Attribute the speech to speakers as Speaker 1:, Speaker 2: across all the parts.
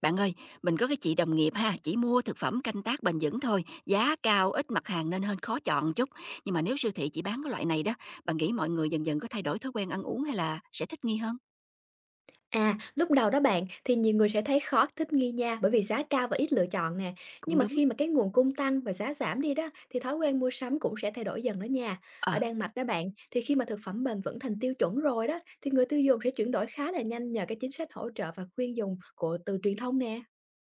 Speaker 1: Bạn ơi, mình có cái chị đồng nghiệp ha, chỉ mua thực phẩm canh tác bền vững thôi, giá cao ít mặt hàng nên hên khó chọn chút. Nhưng mà nếu siêu thị chỉ bán cái loại này đó, bạn nghĩ mọi người dần dần có thay đổi thói quen ăn uống hay là sẽ thích nghi hơn?
Speaker 2: À, lúc đầu đó bạn thì nhiều người sẽ thấy khó thích nghi nha, bởi vì giá cao và ít lựa chọn nè. Nhưng
Speaker 1: Cũng
Speaker 2: mà
Speaker 1: đúng.
Speaker 2: khi mà cái nguồn cung tăng và giá giảm đi đó thì thói quen mua sắm cũng sẽ thay đổi dần đó nha. Ở
Speaker 1: Ờ,
Speaker 2: Đan Mạch đó bạn thì khi mà thực phẩm bền vững thành tiêu chuẩn rồi đó thì người tiêu dùng sẽ chuyển đổi khá là nhanh nhờ cái chính sách hỗ trợ và khuyên dùng của từ truyền thông nè.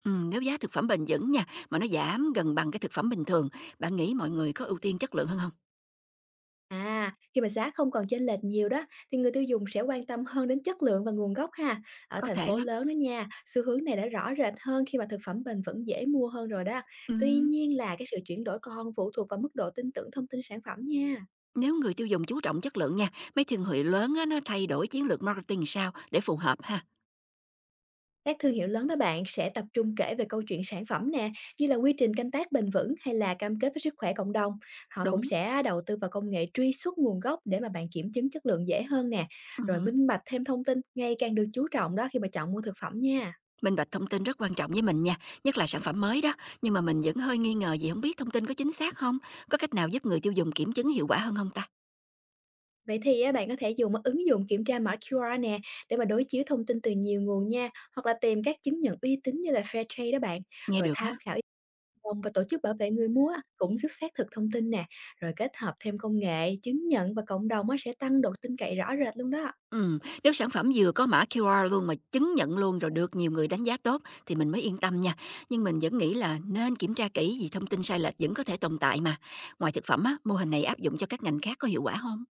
Speaker 1: ừ, nếu giá thực phẩm bền vững nha, mà nó giảm gần bằng cái thực phẩm bình thường, bạn nghĩ mọi người có ưu tiên chất lượng hơn không?
Speaker 2: À, khi mà giá không còn chênh lệch nhiều đó thì người tiêu dùng sẽ quan tâm hơn đến chất lượng và nguồn gốc ha. Ở
Speaker 1: Có
Speaker 2: thành
Speaker 1: thể
Speaker 2: phố
Speaker 1: lắm.
Speaker 2: lớn đó nha, xu hướng này đã rõ rệt hơn khi mà thực phẩm bền vững dễ mua hơn rồi đó.
Speaker 1: Ừ.
Speaker 2: Tuy nhiên là cái sự chuyển đổi còn phụ thuộc vào mức độ tin tưởng thông tin sản phẩm nha.
Speaker 1: Nếu người tiêu dùng chú trọng chất lượng nha, mấy thương hiệu lớn á, nó thay đổi chiến lược marketing sao để phù hợp ha.
Speaker 2: Các thương hiệu lớn đó bạn sẽ tập trung kể về câu chuyện sản phẩm nè, như là quy trình canh tác bền vững hay là cam kết với sức khỏe cộng đồng. Họ cũng
Speaker 1: Đúng.
Speaker 2: sẽ đầu tư vào công nghệ truy xuất nguồn gốc để mà bạn kiểm chứng chất lượng dễ hơn nè, rồi
Speaker 1: Ừ.
Speaker 2: minh bạch thêm thông tin ngày càng được chú trọng đó khi mà chọn mua thực phẩm nha.
Speaker 1: Minh bạch thông tin rất quan trọng với mình nha, nhất là sản phẩm mới đó, nhưng mà mình vẫn hơi nghi ngờ vì không biết thông tin có chính xác không? Có cách nào giúp người tiêu dùng kiểm chứng hiệu quả hơn không ta?
Speaker 2: Vậy thì á, bạn có thể dùng ứng dụng kiểm tra mã QR nè để mà đối chiếu thông tin từ nhiều nguồn nha, hoặc là tìm các chứng nhận uy tín như là Fairtrade đó bạn,
Speaker 1: Nghe
Speaker 2: rồi
Speaker 1: được
Speaker 2: tham
Speaker 1: á.
Speaker 2: khảo ý kiến và tổ chức bảo vệ người mua á, cũng giúp xác thực thông tin nè, rồi kết hợp thêm công nghệ, chứng nhận và cộng đồng á, sẽ tăng độ tin cậy rõ rệt luôn đó.
Speaker 1: Ừ, nếu sản phẩm vừa có mã QR luôn mà chứng nhận luôn rồi được nhiều người đánh giá tốt thì mình mới yên tâm nha. Nhưng mình vẫn nghĩ là nên kiểm tra kỹ vì thông tin sai lệch vẫn có thể tồn tại mà. Ngoài thực phẩm á, mô hình này áp dụng cho các ngành khác có hiệu quả không?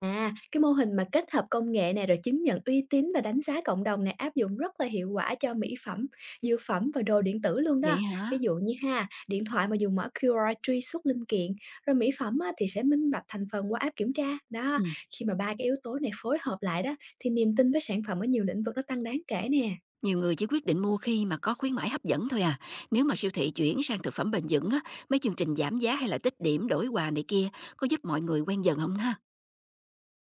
Speaker 2: À, cái mô hình mà kết hợp công nghệ này rồi chứng nhận uy tín và đánh giá cộng đồng này áp dụng rất là hiệu quả cho mỹ phẩm, dược phẩm và đồ điện tử luôn đó.
Speaker 1: Vậy hả?
Speaker 2: Ví dụ như ha, điện thoại mà dùng mã QR truy xuất linh kiện, rồi mỹ phẩm á, thì sẽ minh bạch thành phần qua app kiểm tra. Đó,
Speaker 1: Ừ.
Speaker 2: khi mà ba cái yếu tố này phối hợp lại đó, thì niềm tin với sản phẩm ở nhiều lĩnh vực nó tăng đáng kể nè.
Speaker 1: Nhiều người chỉ quyết định mua khi mà có khuyến mãi hấp dẫn thôi à. Nếu mà siêu thị chuyển sang thực phẩm bền vững á, mấy chương trình giảm giá hay là tích điểm đổi quà này kia có giúp mọi người quen dần không ha?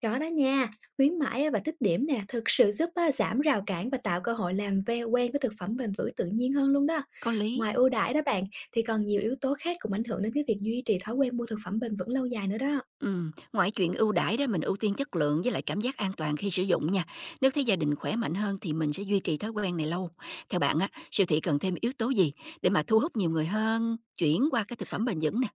Speaker 2: Có đó nha, khuyến mãi á và tích điểm nè, thực sự giúp á giảm rào cản và tạo cơ hội làm ve quen với thực phẩm bền vững tự nhiên hơn luôn đó.
Speaker 1: Có lý.
Speaker 2: Ngoài ưu đãi đó bạn, thì còn nhiều yếu tố khác cũng ảnh hưởng đến cái việc duy trì thói quen mua thực phẩm bền vững lâu dài nữa đó.
Speaker 1: Ừ, ngoài chuyện ưu đãi đó mình ưu tiên chất lượng với lại cảm giác an toàn khi sử dụng nha. Nếu thấy gia đình khỏe mạnh hơn thì mình sẽ duy trì thói quen này lâu. Theo bạn á, siêu thị cần thêm yếu tố gì để mà thu hút nhiều người hơn chuyển qua cái thực phẩm bền vững nè?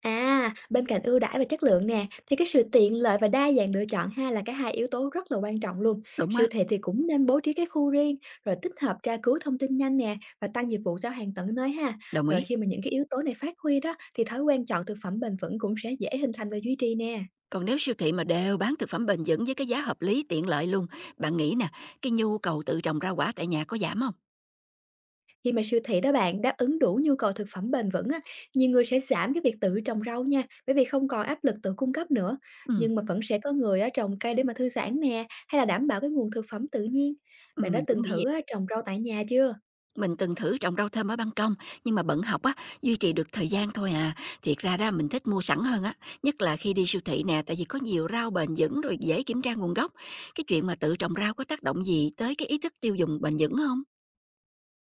Speaker 2: À, bên cạnh ưu đãi và chất lượng nè, thì cái sự tiện lợi và đa dạng lựa chọn ha là cái hai yếu tố rất là quan trọng luôn.
Speaker 1: Đúng
Speaker 2: Siêu
Speaker 1: á,
Speaker 2: thị thì cũng nên bố trí cái khu riêng, rồi tích hợp tra cứu thông tin nhanh nè và tăng dịch vụ giao hàng tận nơi ha.
Speaker 1: đồng
Speaker 2: Rồi
Speaker 1: ý.
Speaker 2: khi mà những cái yếu tố này phát huy đó thì thói quen chọn thực phẩm bền vững cũng sẽ dễ hình thành và duy trì nè.
Speaker 1: Còn nếu siêu thị mà đều bán thực phẩm bền vững với cái giá hợp lý tiện lợi luôn, bạn nghĩ nè, cái nhu cầu tự trồng rau quả tại nhà có giảm không?
Speaker 2: Khi mà siêu thị đó bạn đáp ứng đủ nhu cầu thực phẩm bền vững á, nhiều người sẽ giảm cái việc tự trồng rau nha, bởi vì không còn áp lực tự cung cấp nữa.
Speaker 1: Ừm,
Speaker 2: Nhưng mà vẫn sẽ có người á, trồng cây để mà thư giãn nè, hay là đảm bảo cái nguồn thực phẩm tự nhiên. Bạn đã
Speaker 1: mình
Speaker 2: từng
Speaker 1: cũng nghĩ
Speaker 2: thử
Speaker 1: vậy.
Speaker 2: á, trồng rau tại nhà chưa?
Speaker 1: Mình từng thử trồng rau thơm ở ban công, nhưng mà bận học á, duy trì được thời gian thôi à. Thiệt ra đó mình thích mua sẵn hơn á, nhất là khi đi siêu thị nè, tại vì có nhiều rau bền vững rồi dễ kiểm tra nguồn gốc. Cái chuyện mà tự trồng rau có tác động gì tới cái ý thức tiêu dùng bền vững không?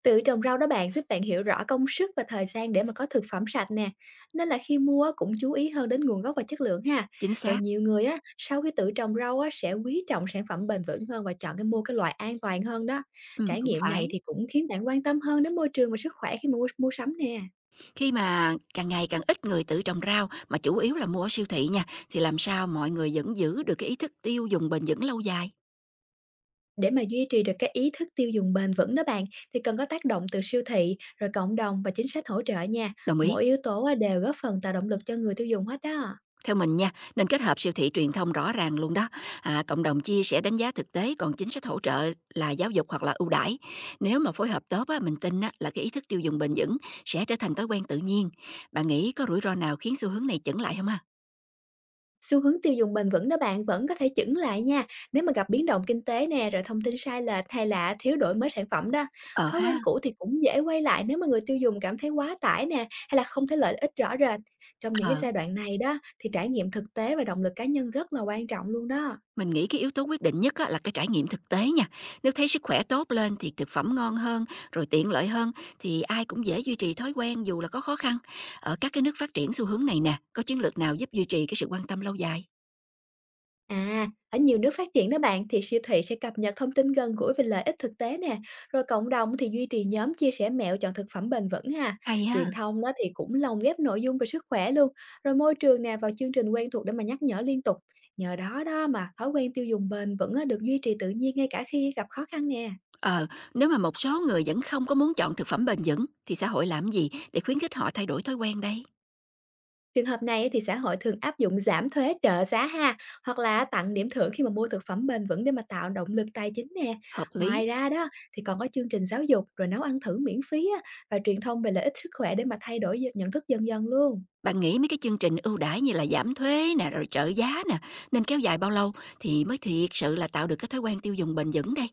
Speaker 2: Tự trồng rau đó bạn giúp bạn hiểu rõ công sức và thời gian để mà có thực phẩm sạch nè. Nên là khi mua á, cũng chú ý hơn đến nguồn gốc và chất lượng ha.
Speaker 1: Chính
Speaker 2: Rồi
Speaker 1: xác,
Speaker 2: nhiều người á, sau khi tự trồng rau á, sẽ quý trọng sản phẩm bền vững hơn và chọn cái mua cái loại an toàn hơn đó. Trải
Speaker 1: cũng
Speaker 2: nghiệm này
Speaker 1: phải.
Speaker 2: thì cũng khiến bạn quan tâm hơn đến môi trường và sức khỏe khi mà mua sắm nè.
Speaker 1: Khi mà càng ngày càng ít người tự trồng rau mà chủ yếu là mua ở siêu thị nha, thì làm sao mọi người vẫn giữ được cái ý thức tiêu dùng bền vững lâu dài?
Speaker 2: Để mà duy trì được cái ý thức tiêu dùng bền vững đó bạn thì cần có tác động từ siêu thị, rồi cộng đồng và chính sách hỗ trợ nha.
Speaker 1: Đồng ý.
Speaker 2: Mỗi yếu tố á, đều góp phần tạo động lực cho người tiêu dùng hết đó.
Speaker 1: Theo mình nha, nên kết hợp siêu thị truyền thông rõ ràng luôn đó. À, cộng đồng chia sẻ đánh giá thực tế, còn chính sách hỗ trợ là giáo dục hoặc là ưu đãi. Nếu mà phối hợp tốt á, mình tin á, là cái ý thức tiêu dùng bền vững sẽ trở thành thói quen tự nhiên. Bạn nghĩ có rủi ro nào khiến xu hướng này chững lại không ha?
Speaker 2: Xu hướng tiêu dùng bền vững đó bạn vẫn có thể chững lại nha, nếu mà gặp biến động kinh tế nè, rồi thông tin sai lệch hay là thiếu đổi mới sản phẩm đó.
Speaker 1: Ờ
Speaker 2: Thói quen
Speaker 1: ha,
Speaker 2: cũ thì cũng dễ quay lại nếu mà người tiêu dùng cảm thấy quá tải nè, hay là không thấy lợi ích rõ rệt. Trong những cái
Speaker 1: ờ.
Speaker 2: giai đoạn này đó thì trải nghiệm thực tế và động lực cá nhân rất là quan trọng luôn đó.
Speaker 1: Mình nghĩ cái yếu tố quyết định nhất á, là cái trải nghiệm thực tế nha. Nếu thấy sức khỏe tốt lên thì thực phẩm ngon hơn, rồi tiện lợi hơn thì ai cũng dễ duy trì thói quen dù là có khó khăn. Ở các cái nước phát triển xu hướng này nè, có chiến lược nào giúp duy trì cái sự quan tâm lâu dài?
Speaker 2: À, ở nhiều nước phát triển đó bạn thì siêu thị sẽ cập nhật thông tin gần gũi về lợi ích thực tế nè, rồi cộng đồng thì duy trì nhóm chia sẻ mẹo chọn thực phẩm bền vững ha.
Speaker 1: Hay
Speaker 2: Truyền
Speaker 1: ha.
Speaker 2: thông đó thì cũng lồng ghép nội dung về sức khỏe luôn, rồi môi trường nè vào chương trình quen thuộc để mà nhắc nhở liên tục. Nhờ đó đó mà thói quen tiêu dùng bền vững á, được duy trì tự nhiên ngay cả khi gặp khó khăn nè.
Speaker 1: Ờ, nếu mà một số người vẫn không có muốn chọn thực phẩm bền vững thì xã hội làm gì để khuyến khích họ thay đổi thói quen đây?
Speaker 2: Trường hợp này thì xã hội thường áp dụng giảm thuế trợ giá ha, hoặc là tặng điểm thưởng khi mà mua thực phẩm bền vững để mà tạo động lực tài chính nè.
Speaker 1: Hợp lý.
Speaker 2: Ngoài ra đó thì còn có chương trình giáo dục rồi nấu ăn thử miễn phí á, và truyền thông về lợi ích sức khỏe để mà nhận thức dần dần luôn.
Speaker 1: Bạn nghĩ mấy cái chương trình ưu đãi như là giảm thuế nè, rồi trợ giá nè, nên kéo dài bao lâu thì mới thiệt sự là tạo được cái thói quen tiêu dùng bền vững đây?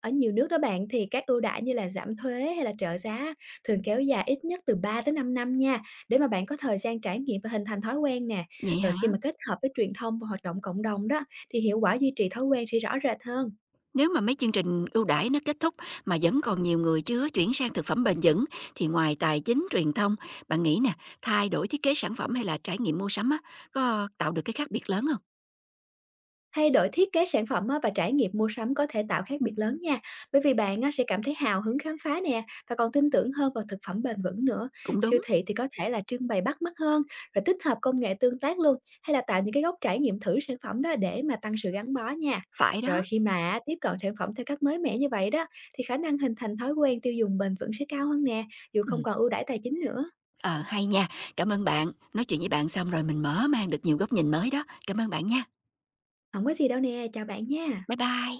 Speaker 2: Ở nhiều nước đó bạn thì các ưu đãi như là giảm thuế hay là trợ giá thường kéo dài ít nhất từ 3 tới 5 năm nha, để mà bạn có thời gian trải nghiệm và hình thành thói quen nè.
Speaker 1: Vậy
Speaker 2: Rồi
Speaker 1: hả?
Speaker 2: khi mà kết hợp với truyền thông và hoạt động cộng đồng đó thì hiệu quả duy trì thói quen sẽ rõ rệt hơn.
Speaker 1: Nếu mà mấy chương trình ưu đãi nó kết thúc mà vẫn còn nhiều người chưa chuyển sang thực phẩm bền vững thì ngoài tài chính, truyền thông, bạn nghĩ nè, thay đổi thiết kế sản phẩm hay là trải nghiệm mua sắm á, có tạo được cái khác biệt lớn không?
Speaker 2: Thay đổi thiết kế sản phẩm á và trải nghiệm mua sắm có thể tạo khác biệt lớn nha, bởi vì bạn á sẽ cảm thấy hào hứng khám phá nè và còn tin tưởng hơn vào thực phẩm bền vững nữa.
Speaker 1: Cũng
Speaker 2: Siêu
Speaker 1: đúng,
Speaker 2: thị thì có thể là trưng bày bắt mắt hơn, rồi tích hợp công nghệ tương tác luôn, hay là tạo những cái góc trải nghiệm thử sản phẩm đó để mà tăng sự gắn bó nha.
Speaker 1: phải
Speaker 2: Rồi
Speaker 1: đó.
Speaker 2: khi mà á, tiếp cận sản phẩm theo cách mới mẻ như vậy đó, thì khả năng hình thành thói quen tiêu dùng bền vững sẽ cao hơn nè, dù không
Speaker 1: Ừm,
Speaker 2: còn ưu đãi tài chính nữa.
Speaker 1: Ờ, hay nha. Cảm ơn bạn. Nói chuyện với bạn xong rồi mình mở mang được nhiều góc nhìn mới đó. Cảm ơn bạn nha.
Speaker 2: Không có gì đâu nè, chào bạn nha.
Speaker 1: Bye bye.